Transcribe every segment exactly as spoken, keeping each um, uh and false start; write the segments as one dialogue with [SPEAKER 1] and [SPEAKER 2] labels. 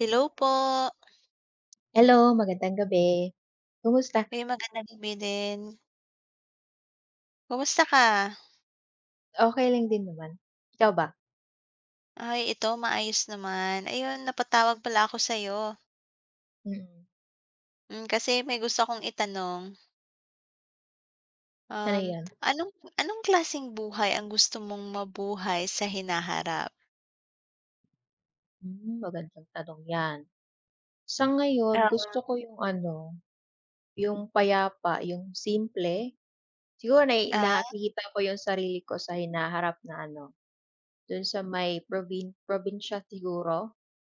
[SPEAKER 1] Hello po.
[SPEAKER 2] Hello, magandang gabi. Kumusta?
[SPEAKER 1] Ay, magandang gabi din. Kumusta ka?
[SPEAKER 2] Okay lang din naman. Ikaw ba?
[SPEAKER 1] Ay, ito maayos naman. Ayun, napatawag pala ako sa'yo,
[SPEAKER 2] Mm,
[SPEAKER 1] hmm, kasi may gusto akong itanong.
[SPEAKER 2] Ano
[SPEAKER 1] Um,
[SPEAKER 2] 'yan?
[SPEAKER 1] anong anong klaseng buhay ang gusto mong mabuhay sa hinaharap?
[SPEAKER 2] Hmm, magandang tanong 'yan. Sa ngayon gusto
[SPEAKER 1] Oo.
[SPEAKER 2] ko yung ano, yung payapa, yung simple. Siguro na
[SPEAKER 1] Ah,
[SPEAKER 2] nakikita ko yung sarili ko sa hinaharap na ano, dun sa may probin probinsiya siguro.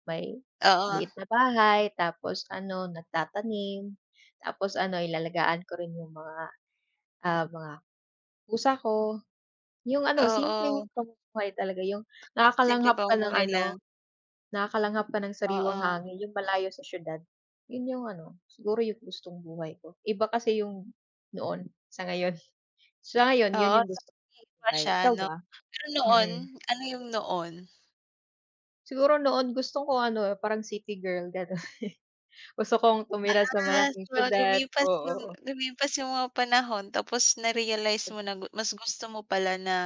[SPEAKER 2] May
[SPEAKER 1] oo.
[SPEAKER 2] maliit na bahay tapos ano, nagtatanim, tapos ano, inalagaan ko rin yung mga, ah, mga pusa ko. Yung ano, simpleng
[SPEAKER 1] Oo.
[SPEAKER 2] pamumuhay talaga, yung
[SPEAKER 1] Simple ba
[SPEAKER 2] nakakalanghap ka ng
[SPEAKER 1] buhay lang.
[SPEAKER 2] ano, nakakalanghap ka ng sariwang
[SPEAKER 1] Oo.
[SPEAKER 2] hangin, yung malayo sa siyudad. Yun yung ano, siguro yung gustong buhay ko. Iba kasi yung noon sa ngayon. Sa ngayon, yun
[SPEAKER 1] Oo,
[SPEAKER 2] yung
[SPEAKER 1] sa
[SPEAKER 2] gusto kong
[SPEAKER 1] pag-iiba
[SPEAKER 2] buhay.
[SPEAKER 1] siya
[SPEAKER 2] Ikaw
[SPEAKER 1] 'no?
[SPEAKER 2] ba?
[SPEAKER 1] Pero noon,
[SPEAKER 2] Mm.
[SPEAKER 1] ano yung noon?
[SPEAKER 2] Siguro noon gusto ko ano, parang city girl, gano'n. Gusto kong tumira sa
[SPEAKER 1] Ah,
[SPEAKER 2] malaking
[SPEAKER 1] so
[SPEAKER 2] siyudad,
[SPEAKER 1] lumipas
[SPEAKER 2] oo,
[SPEAKER 1] yung
[SPEAKER 2] oo.
[SPEAKER 1] lumipas yung mga panahon tapos na-realize mo na gu mas gusto mo pala na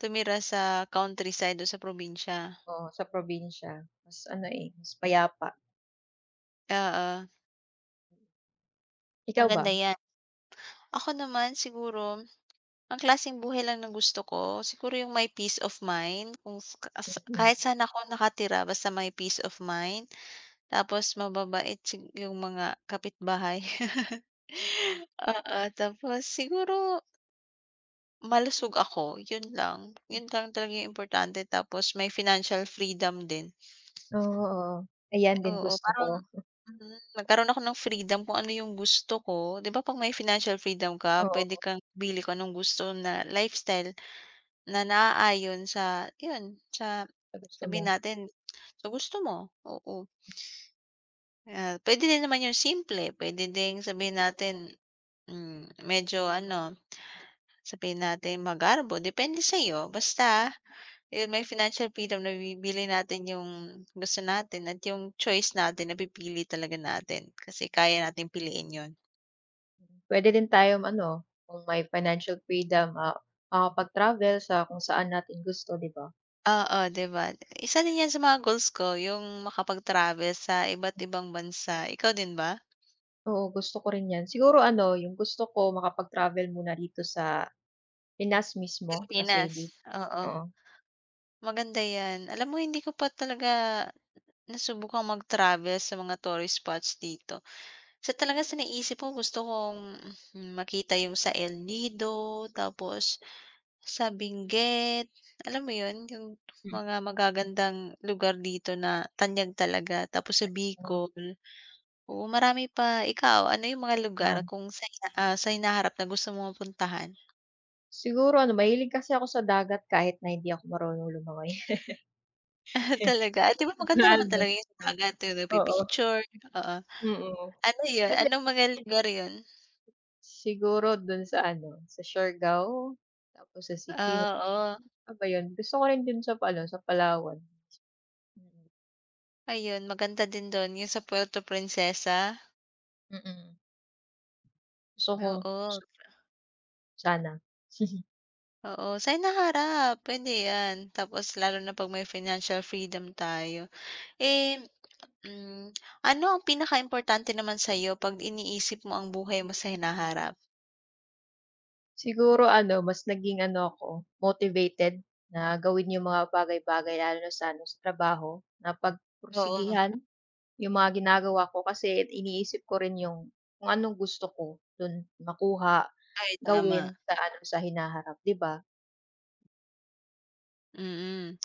[SPEAKER 1] tumira sa countryside o sa probinsya.
[SPEAKER 2] Oo, sa probinsya. Mas ano, eh, mas payapa.
[SPEAKER 1] Oo,
[SPEAKER 2] Ikaw ba?
[SPEAKER 1] maganda 'yan. Ako naman siguro, ang klaseng buhay lang na gusto ko, siguro yung may peace of mind kung s ka sa
[SPEAKER 2] Mm.
[SPEAKER 1] kahit saan ako nakatira basta may peace of mind, tapos mababait sig yung mga kapitbahay.
[SPEAKER 2] Oo.
[SPEAKER 1] Oo, tapos siguro malusog ako, yun lang. Yun lang talaga yung importante tapos may financial freedom din.
[SPEAKER 2] Oo, ayan din
[SPEAKER 1] Oo,
[SPEAKER 2] gusto ko,
[SPEAKER 1] parang mm, nagkaroon ako ng freedom kung ano yung gusto ko. 'Di ba 'pag may financial freedom ka, pwede
[SPEAKER 2] oo.
[SPEAKER 1] kang bili kung anong gusto na lifestyle na naaayon sa yun, sa
[SPEAKER 2] Sa gusto mo.
[SPEAKER 1] sabihin natin sa gusto mo, oo. Ah, pwede din naman yung simple, pwede ding sabihin natin, hmm, medyo ano, sabihin natin magarbo, depende sa'yo. Basta ayun, may financial freedom nabibili natin yung gusto natin at yung choice natin napipili talaga natin kasi kaya natin piliin yun.
[SPEAKER 2] Pwede din tayong ano, kung may financial freedom, ah, makapag-travel sa kung saan natin gusto, 'di ba?
[SPEAKER 1] Oo, 'di ba? Isa din yan sa mga goals ko yung makapag-travel sa iba't ibang bansa. Ikaw din ba?
[SPEAKER 2] Oo, gusto ko rin 'yan. Siguro ano, yung gusto ko makapag-travel muna dito sa Pinas mismo kasi
[SPEAKER 1] Pilipinas,
[SPEAKER 2] di
[SPEAKER 1] oo.
[SPEAKER 2] oo.
[SPEAKER 1] Maganda yan. Alam mo hindi ko pa talaga nasubukang mag-travel sa mga tourist spots dito. Sa talaga sa naisip ko gusto kong mm, makita yung sa El Nido tapos sa Benguet, alam mo 'yun, yung
[SPEAKER 2] Mm.
[SPEAKER 1] mga magagandang lugar dito na tanyag talaga. Tapos sa
[SPEAKER 2] Oo,
[SPEAKER 1] Bicol, oo, marami pa. Ikaw, ano yung mga lugar
[SPEAKER 2] um,
[SPEAKER 1] kung sa ina ah, sa hinaharap na gusto mong puntahan?
[SPEAKER 2] siguro ano, mahilig kasi ako sa dagat kahit na hindi ako marunong lumangoy.
[SPEAKER 1] Talaga, at 'di ba maganda naman
[SPEAKER 2] Lalo.
[SPEAKER 1] talaga yung sa dagat, yung
[SPEAKER 2] Oo,
[SPEAKER 1] nagpi-picture, oo.
[SPEAKER 2] mm.
[SPEAKER 1] Ano 'yun,
[SPEAKER 2] Kasi
[SPEAKER 1] anong mga lugar 'yun?
[SPEAKER 2] siguro dun sa ano, sa Siargao, tapos sa
[SPEAKER 1] Ah,
[SPEAKER 2] Siquijor,
[SPEAKER 1] oo,
[SPEAKER 2] ano ba yun, gusto ko rin dun sa ano, sa Palawan. Mm,
[SPEAKER 1] ayun maganda din dun yung sa Puerto Princesa,
[SPEAKER 2] mm. Gusto ko
[SPEAKER 1] oo,
[SPEAKER 2] su sana.
[SPEAKER 1] oo, sa hinaharap puwede 'yan. Tapos lalo na 'pag may financial freedom tayo. Eh, hmm, ano ang pinakaimportante naman sa'yo 'pag iniisip mo ang buhay mo sa hinaharap?
[SPEAKER 2] Siguro ano, mas naging ano ako, motivated na gawin yung mga bagay-bagay lalo na sa ano, sa trabaho na
[SPEAKER 1] Oo,
[SPEAKER 2] pagpursigihan yung mga ginagawa ko kasi iniisip ko rin yung kung anong gusto ko dun makuha,
[SPEAKER 1] ay tama,
[SPEAKER 2] gawin sa ano, sa hinaharap, 'di ba?
[SPEAKER 1] mm,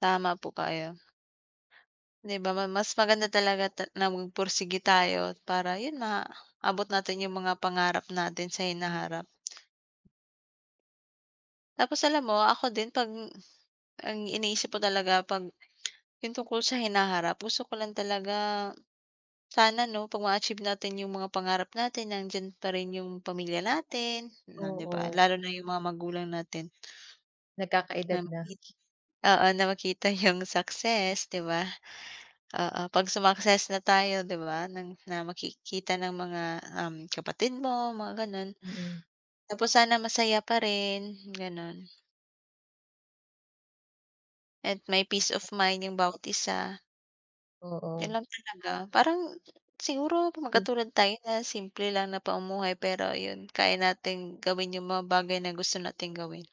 [SPEAKER 1] tama po kayo. 'Di ba ma mas maganda talaga ta na magpursige tayo para 'yun maabot natin yung mga pangarap natin sa hinaharap. Tapos alam mo ako din 'pag ang iniisip ko talaga 'pag yung tungkol sa hinaharap gusto ko lang talaga. Sana 'no 'pag ma-achieve natin yung mga pangarap natin nandiyan pa rin yung pamilya natin, na 'di ba?
[SPEAKER 2] Oo,
[SPEAKER 1] Lalo na yung mga magulang natin na
[SPEAKER 2] nagkakaedad na.
[SPEAKER 1] maki oo, na makita yung success 'di ba? Oo, 'pag sumakses na tayo 'di ba ng na makikita ng mga, um, kapatid mo mga gano'n.
[SPEAKER 2] Mm,
[SPEAKER 1] Tapos sana masaya pa rin, gano'n. At may peace of mind yung bawat isa. Yun
[SPEAKER 2] oo.
[SPEAKER 1] lang talaga. Parang siguro
[SPEAKER 2] Hmm,
[SPEAKER 1] magkatulad tayo na simple lang na pamumuhay pero yun, kaya nating gawin yung mga bagay na gusto nating gawin.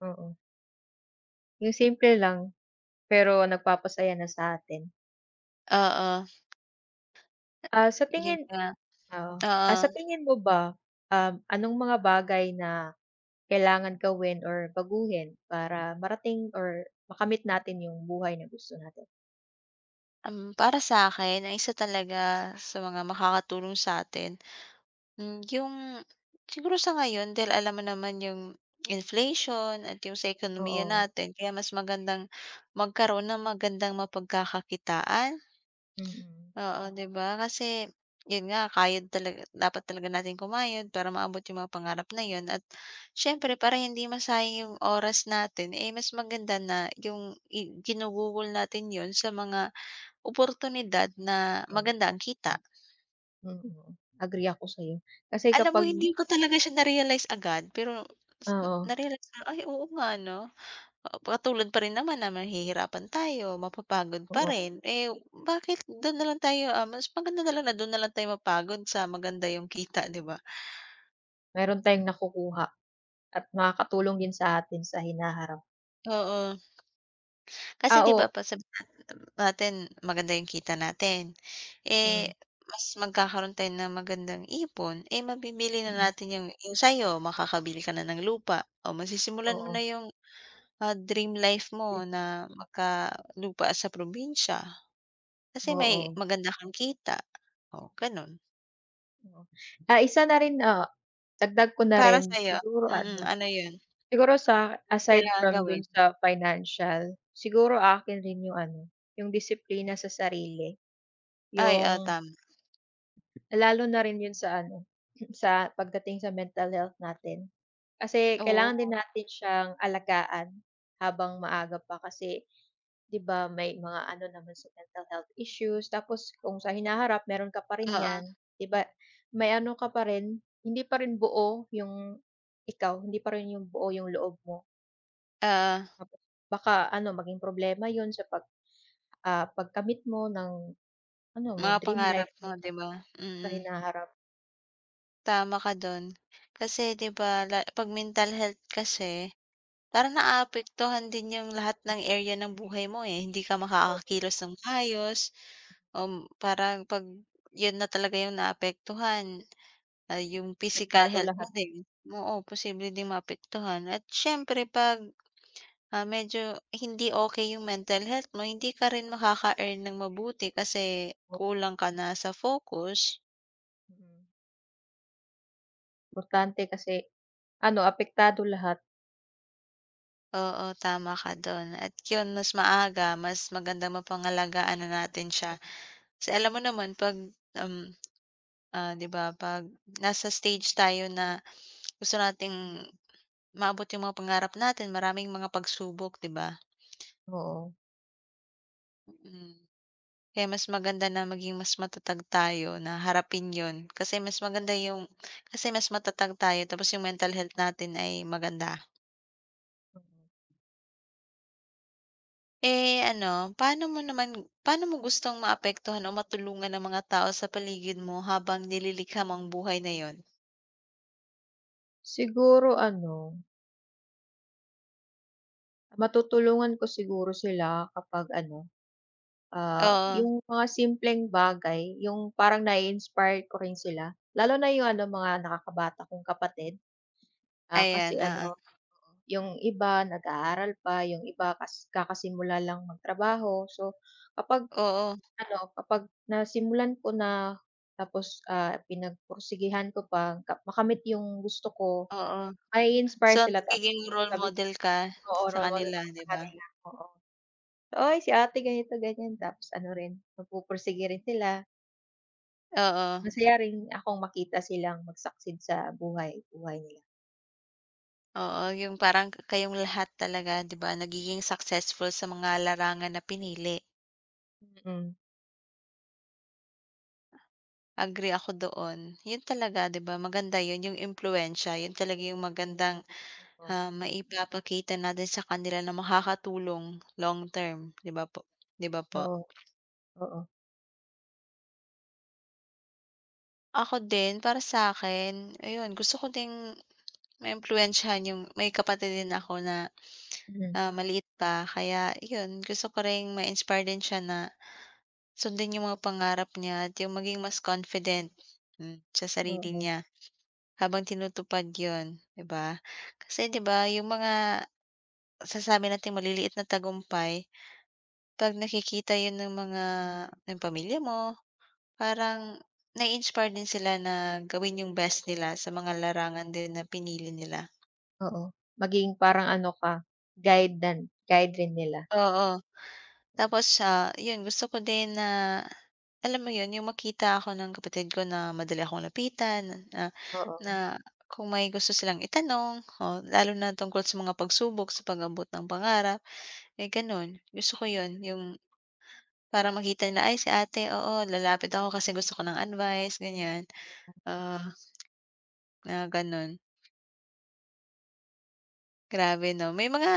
[SPEAKER 2] oo. Yung simple lang pero nagpapasaya na sa atin.
[SPEAKER 1] Oo,
[SPEAKER 2] Ah, sa
[SPEAKER 1] yun
[SPEAKER 2] tingin.
[SPEAKER 1] nga.
[SPEAKER 2] Oo. Ah, sa
[SPEAKER 1] Oo.
[SPEAKER 2] tingin mo ba, um, anong mga bagay na kailangan gawin or baguhin para marating or makamit natin yung buhay na gusto natin?
[SPEAKER 1] Um, para sa akin ang isa talaga sa mga makakatulong sa'tin, hmm, yung siguro sa ngayon dahil alam mo naman yung inflation at yung sa ekonomiya
[SPEAKER 2] Oo,
[SPEAKER 1] natin kaya mas magandang magkaroon ng magandang mapagkakakitaan.
[SPEAKER 2] mm.
[SPEAKER 1] Oo, 'di ba? Kasi 'yun nga kayod talaga dapat talaga natin kumayod para maabot yung mga pangarap na 'yun at siyempre para hindi masayang yung oras natin, eh, mas maganda na yung i ginugugol natin 'yun sa mga oportunidad na
[SPEAKER 2] Oh,
[SPEAKER 1] maganda ang kita.
[SPEAKER 2] mm. Agree ako sa'yo. Kasi
[SPEAKER 1] Alam mo
[SPEAKER 2] kapag
[SPEAKER 1] hindi ko talaga siya na-realize agad pero s
[SPEAKER 2] oo,
[SPEAKER 1] na-realize ko, "Ay oo nga 'no." Oo, katulad pa rin naman na mahihirapan tayo, mapapagod pa
[SPEAKER 2] oo,
[SPEAKER 1] rin. Eh, bakit dun nalang tayo, ah, mas maganda nalang na dun nalang tayo mapagod sa maganda yung kita, 'di ba?
[SPEAKER 2] meron tayong nakukuha at nakakatulong din sa atin sa hinaharap.
[SPEAKER 1] Oo, kasi
[SPEAKER 2] Ah,
[SPEAKER 1] 'di ba
[SPEAKER 2] oo,
[SPEAKER 1] 'pag sabihin natin maganda yung kita natin, eh,
[SPEAKER 2] mm,
[SPEAKER 1] mas magkakaroon tayo ng magandang ipon, eh, mabibili na
[SPEAKER 2] mm,
[SPEAKER 1] natin yung yung sa'yo makakabili ka na ng lupa o masisimulan mo
[SPEAKER 2] oo,
[SPEAKER 1] na yung, ah, dream life mo na magkalupa sa probinsya. Kasi may
[SPEAKER 2] oo,
[SPEAKER 1] maganda kang kita, oh, gano'n.
[SPEAKER 2] oo. Ah, isa na rin, ah, dagdag ko na
[SPEAKER 1] Para
[SPEAKER 2] rin
[SPEAKER 1] sa'yo,
[SPEAKER 2] siguro
[SPEAKER 1] mm,
[SPEAKER 2] ano.
[SPEAKER 1] ano 'yun?
[SPEAKER 2] Siguro sa
[SPEAKER 1] Anong
[SPEAKER 2] aside
[SPEAKER 1] kailangan
[SPEAKER 2] from
[SPEAKER 1] gawin?
[SPEAKER 2] dun sa financial, siguro akin rin yung ano, yung disiplina sa sarili,
[SPEAKER 1] Ay, oo,
[SPEAKER 2] yung
[SPEAKER 1] tama.
[SPEAKER 2] lalo na rin yun sa ano, sa pagdating sa mental health natin. Kasi kailangan din
[SPEAKER 1] Oo,
[SPEAKER 2] natin siyang alagaan habang maaga pa kasi 'di ba may mga ano naman sa mental health issues tapos kung sa hinaharap meron ka pa rin
[SPEAKER 1] oo,
[SPEAKER 2] 'yan, 'di ba? May ano ka pa rin, hindi pa rin buo yung ikaw, hindi pa rin yung buo yung loob mo.
[SPEAKER 1] oo,
[SPEAKER 2] Tapos baka ano maging problema 'yun sa pag, ah, pagkamit mo ng ano mo
[SPEAKER 1] mga
[SPEAKER 2] dream
[SPEAKER 1] pangarap
[SPEAKER 2] life
[SPEAKER 1] mo
[SPEAKER 2] mo sa
[SPEAKER 1] 'di ba?
[SPEAKER 2] sa
[SPEAKER 1] Mm,
[SPEAKER 2] hinaharap
[SPEAKER 1] tama ka do'n. Kasi 'di ba la 'pag mental health kasi parang naaapektuhan din 'yung lahat ng area ng buhay mo, eh, hindi ka
[SPEAKER 2] mo,
[SPEAKER 1] makakakilos ng maayos, um, parang 'pag 'yun na talaga 'yung naapektuhan. Ay yung physical
[SPEAKER 2] apektado
[SPEAKER 1] health mo
[SPEAKER 2] lahat
[SPEAKER 1] din, oo, posible ding maapektuhan at siyempre 'pag, ah, medyo hindi okey yung mental health mo hindi ka rin makaka-earn ng mabuti kasi
[SPEAKER 2] po,
[SPEAKER 1] kulang ka na sa focus.
[SPEAKER 2] mm. Importante kasi ano apektado lahat,
[SPEAKER 1] Oo, tama ka dun at yun mas maaga mas magandang mapangalagaan na natin siya. Kasi alam mo naman 'pag, um, ah, 'di ba 'pag nasa stage tayo na gusto nating maabot yung mga pangarap natin maraming mga pagsubok 'di ba?
[SPEAKER 2] oo.
[SPEAKER 1] Mm. Kaya mas maganda na maging mas matatag tayo na harapin 'yun, kasi mas maganda yung kasi mas matatag tayo tapos yung mental health natin ay maganda.
[SPEAKER 2] Mm.
[SPEAKER 1] Eh, ano, paano mo naman paano mo gustong maapektuhan o matulungan ang mga tao sa paligid mo habang nililikha mo ang buhay na 'yun?
[SPEAKER 2] Siguro ano, matutulungan ko siguro sila kapag ano, ah,
[SPEAKER 1] Oo,
[SPEAKER 2] yung mga simpleng bagay, yung parang nai-inspire ko rin sila, lalo na yung ano mga nakakabata kong kapatid, ah,
[SPEAKER 1] ayan,
[SPEAKER 2] kasi
[SPEAKER 1] oo.
[SPEAKER 2] ano. Yung iba nag-aaral pa, yung iba kas kakasimula lang magtrabaho. So, kapag
[SPEAKER 1] Oo,
[SPEAKER 2] ano, kapag nasimulan ko na tapos, ah, pinagpursigihan ko pa ka makamit yung gusto ko,
[SPEAKER 1] oo. So,
[SPEAKER 2] mai-inspire sila tapos
[SPEAKER 1] nagiging role
[SPEAKER 2] sabi
[SPEAKER 1] model ka
[SPEAKER 2] oo,
[SPEAKER 1] sa
[SPEAKER 2] role model
[SPEAKER 1] kanila,
[SPEAKER 2] ako sa
[SPEAKER 1] 'di ba?
[SPEAKER 2] kanila, oo. "Uy, si ate ganito, ganyan." Tapos ano rin, mapupursige rin sila.
[SPEAKER 1] Oo,
[SPEAKER 2] Masaya rin akong makita silang mag-succeed sa buhay buhay nila.
[SPEAKER 1] oo, yung parang kayong lahat talaga, 'di ba, nagiging successful sa mga larangan na pinili.
[SPEAKER 2] Mm,
[SPEAKER 1] Agree ako doon. Yun talaga, 'di ba, maganda yun, yung impluwensiya, yun talaga yung magandang,
[SPEAKER 2] oo.
[SPEAKER 1] ah, maipapakita natin sa kanila na makakatulong long term, 'di ba po 'di ba po?
[SPEAKER 2] Oo, oo.
[SPEAKER 1] Ako din, para sa akin, ayun, gusto ko ding maimpluwensyahan yung may kapatid din ako na,
[SPEAKER 2] Mm,
[SPEAKER 1] ah, maliit pa kaya yun, gusto ko ring ma-inspire din siya na sundin yung mga pangarap niya at yung maging mas confident, hmm, sa sarili
[SPEAKER 2] oo.
[SPEAKER 1] niya. Habang tinutupad 'yun, 'di ba? Kasi 'di ba yung mga sasabi natin maliliit na tagumpay, 'pag nakikita 'yun ng mga ng pamilya mo, parang nai-inspire din sila na gawin yung best nila sa mga larangan din na pinili nila.
[SPEAKER 2] Oo, maging parang ano ka, guide dan guide rin nila.
[SPEAKER 1] Oo,
[SPEAKER 2] Oo.
[SPEAKER 1] tapos siya 'yun gusto ko din na alam mo 'yun, yung makita ako ng kapatid ko na madali akong lapitan, na na
[SPEAKER 2] Oo,
[SPEAKER 1] kung may gusto silang itanong, o lalo na tungkol sa mga pagsubok sa pag-abot ng pangarap. Eh, gano'n. Gusto ko 'yun, yung parang makita nila, "Ay, si ate, oo, lalapit ako kasi gusto ko ng advice," ganiyan. ah Na gano'n. Grabe 'no. May mga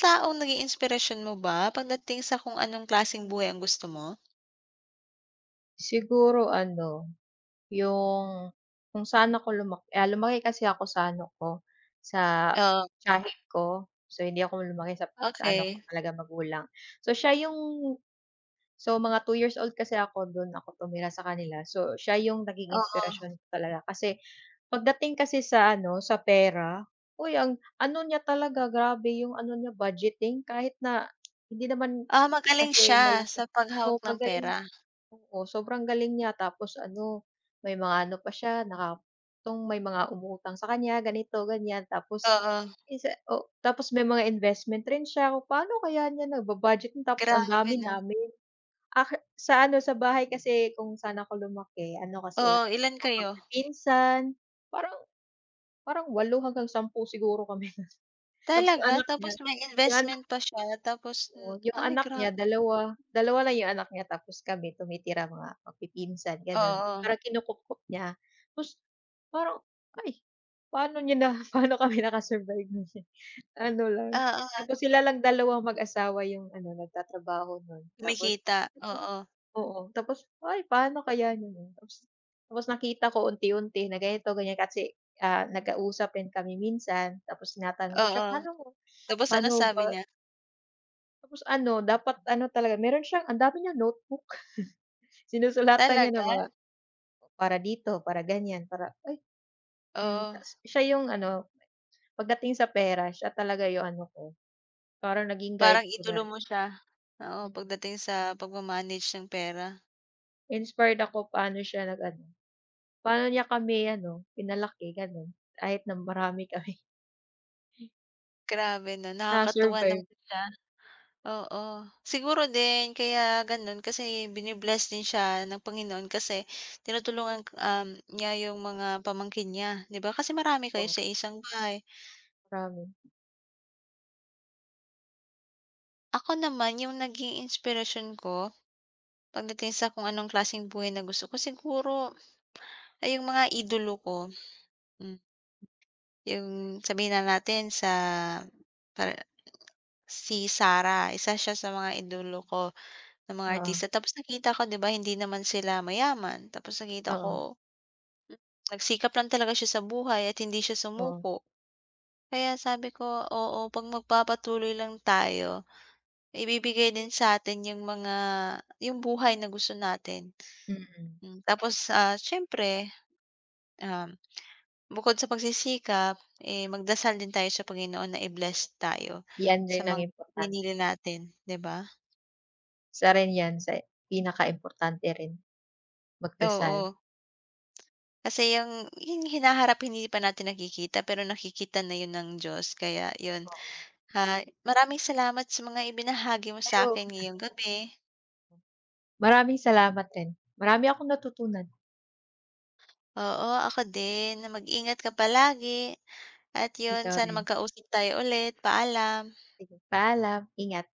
[SPEAKER 1] taong naging inspirasyon mo ba pagdating sa kung anong klaseng buhay ang gusto mo?
[SPEAKER 2] siguro ano, yung kung saan ako lumaki ah, lumaki kasi ako sa ano ko, sa
[SPEAKER 1] Oh,
[SPEAKER 2] tiyahin ko. So, hindi ako lumaki sa sa ano ko
[SPEAKER 1] okey.
[SPEAKER 2] talaga magulang. So, siya yung So, mga two years old kasi ako dun ako tumira sa kanila. So, siya yung naging
[SPEAKER 1] Oo.
[SPEAKER 2] inspirasyon ko talaga kasi pagdating kasi sa ano, sa pera, uy ang ano niya talaga grabe yung ano niya budgeting kahit na hindi naman
[SPEAKER 1] Ah, magaling
[SPEAKER 2] kasi
[SPEAKER 1] siya
[SPEAKER 2] malaki
[SPEAKER 1] sa
[SPEAKER 2] oo,
[SPEAKER 1] paghawak ng
[SPEAKER 2] magaling
[SPEAKER 1] pera.
[SPEAKER 2] oo, sobrang galing niya tapos ano, may mga ano pa siya naka yung may mga umuutang sa kanya ganito, ganyan. Tapos
[SPEAKER 1] Oo,
[SPEAKER 2] isa o tapos may mga investment rin siya kung paano kaya niya nagba-budgeting tapos ang
[SPEAKER 1] grabe
[SPEAKER 2] dami
[SPEAKER 1] 'no.
[SPEAKER 2] namin ah sa ano, sa bahay kasi kung saan ako lumaki ano kasi,
[SPEAKER 1] Oo, ilan
[SPEAKER 2] mga
[SPEAKER 1] kayo?
[SPEAKER 2] magpipinsan, parang parang walo hanggang sampu siguro kami. Tapos yung
[SPEAKER 1] Talaga?
[SPEAKER 2] anak niya
[SPEAKER 1] Tapos may
[SPEAKER 2] yung anak
[SPEAKER 1] investment pa siya tapos n-
[SPEAKER 2] ko yung
[SPEAKER 1] ay,
[SPEAKER 2] anak niya
[SPEAKER 1] grabe.
[SPEAKER 2] dalawa, dalawa lang yung anak niya tapos kami tumitira mga magpipinsan gano'n.
[SPEAKER 1] Oo,
[SPEAKER 2] Parang kinukupkop niya. Tapos parang, ay, paano niya na paano kami naka-survive nun. Ano lang.
[SPEAKER 1] oo,
[SPEAKER 2] Tapos sila lang dalawa mag-asawa yung ano, nagtatrabaho nun tapos.
[SPEAKER 1] kumikita. Oo,
[SPEAKER 2] Oo, tapos, "Ay paano kaya yun?" Tapos tapos nakita ko unti-unti na ganito, ganyan kasi, ah, nagkausap rin kami minsan tapos tinatanong ko siya,
[SPEAKER 1] oo.
[SPEAKER 2] "Paano mo
[SPEAKER 1] Tapos anong
[SPEAKER 2] paano
[SPEAKER 1] sabi
[SPEAKER 2] ba"
[SPEAKER 1] niya?
[SPEAKER 2] tapos ano dapat ano talaga meron siyang ang dami niyang notebook, sinusulatan niya ng
[SPEAKER 1] Talaga?
[SPEAKER 2] mga para dito, para ganyan, para ay, hmm,
[SPEAKER 1] Oo,
[SPEAKER 2] tas siya yung ano pagdating sa pera siya talaga yung ano ko, parang naging guide
[SPEAKER 1] parang
[SPEAKER 2] ko na
[SPEAKER 1] idolo
[SPEAKER 2] rin,
[SPEAKER 1] mo siya. Oo,
[SPEAKER 2] mm.
[SPEAKER 1] pagdating sa pagma-manage ng pera.
[SPEAKER 2] Inspired ako paano siya nag-ano, paano niya kami ano pinalaki gano'n, kahit na marami kami.
[SPEAKER 1] Grabe 'no, nakakatuwa
[SPEAKER 2] Na-survive
[SPEAKER 1] naman siya, oo. Siguro din kaya gano'n kasi bini-bless din siya ng Panginoon kasi tinutulungan, um, niya yung mga pamangkin niya, 'di ba? Kasi marami kayo
[SPEAKER 2] ko,
[SPEAKER 1] sa isang bahay.
[SPEAKER 2] marami.
[SPEAKER 1] Ako naman yung naging inspirasyon ko pagdating sa kung anong klaseng buhay na gusto ko siguro ay yung mga idolo ko, hmm. Yung sabihin na natin sa para si Sarah, isa siya sa mga idolo ko na mga
[SPEAKER 2] Oo,
[SPEAKER 1] artista. Tapos nakita ko 'di ba hindi naman sila mayaman, tapos nakita
[SPEAKER 2] oo,
[SPEAKER 1] ko hmm, nagsikap lang talaga siya sa buhay at hindi siya
[SPEAKER 2] oo,
[SPEAKER 1] sumuko. Kaya sabi ko, oo 'pag magpapatuloy lang tayo, ibibigay din sa atin yung mga yung buhay na gusto natin.
[SPEAKER 2] mm.
[SPEAKER 1] Hmm, tapos, ah, siyempre, um bukod sa pagsisikap, eh, magdasal din tayo sa Panginoon na i-bless tayo
[SPEAKER 2] 'Yan
[SPEAKER 1] sa
[SPEAKER 2] rin ang
[SPEAKER 1] mga
[SPEAKER 2] importante,
[SPEAKER 1] pinili natin, 'di ba?
[SPEAKER 2] isa rin 'yan sa pinakaimportante rin, magdasal,
[SPEAKER 1] Oo, kasi yang yung hinaharap hindi pa natin nakikita pero nakikita na yun ng Diyos kaya yun.
[SPEAKER 2] oo.
[SPEAKER 1] ha, maraming salamat sa mga ibinahagi mo sa
[SPEAKER 2] Ay, oo.
[SPEAKER 1] akin ngayong gabi.
[SPEAKER 2] Maraming salamat rin, marami akong natutunan,
[SPEAKER 1] Oo, ako din. Mag-ingat ka palagi at yun
[SPEAKER 2] ikaw
[SPEAKER 1] sana
[SPEAKER 2] rin.
[SPEAKER 1] magkausap tayo ulit. Paalam.
[SPEAKER 2] Sige, paalam, ingat.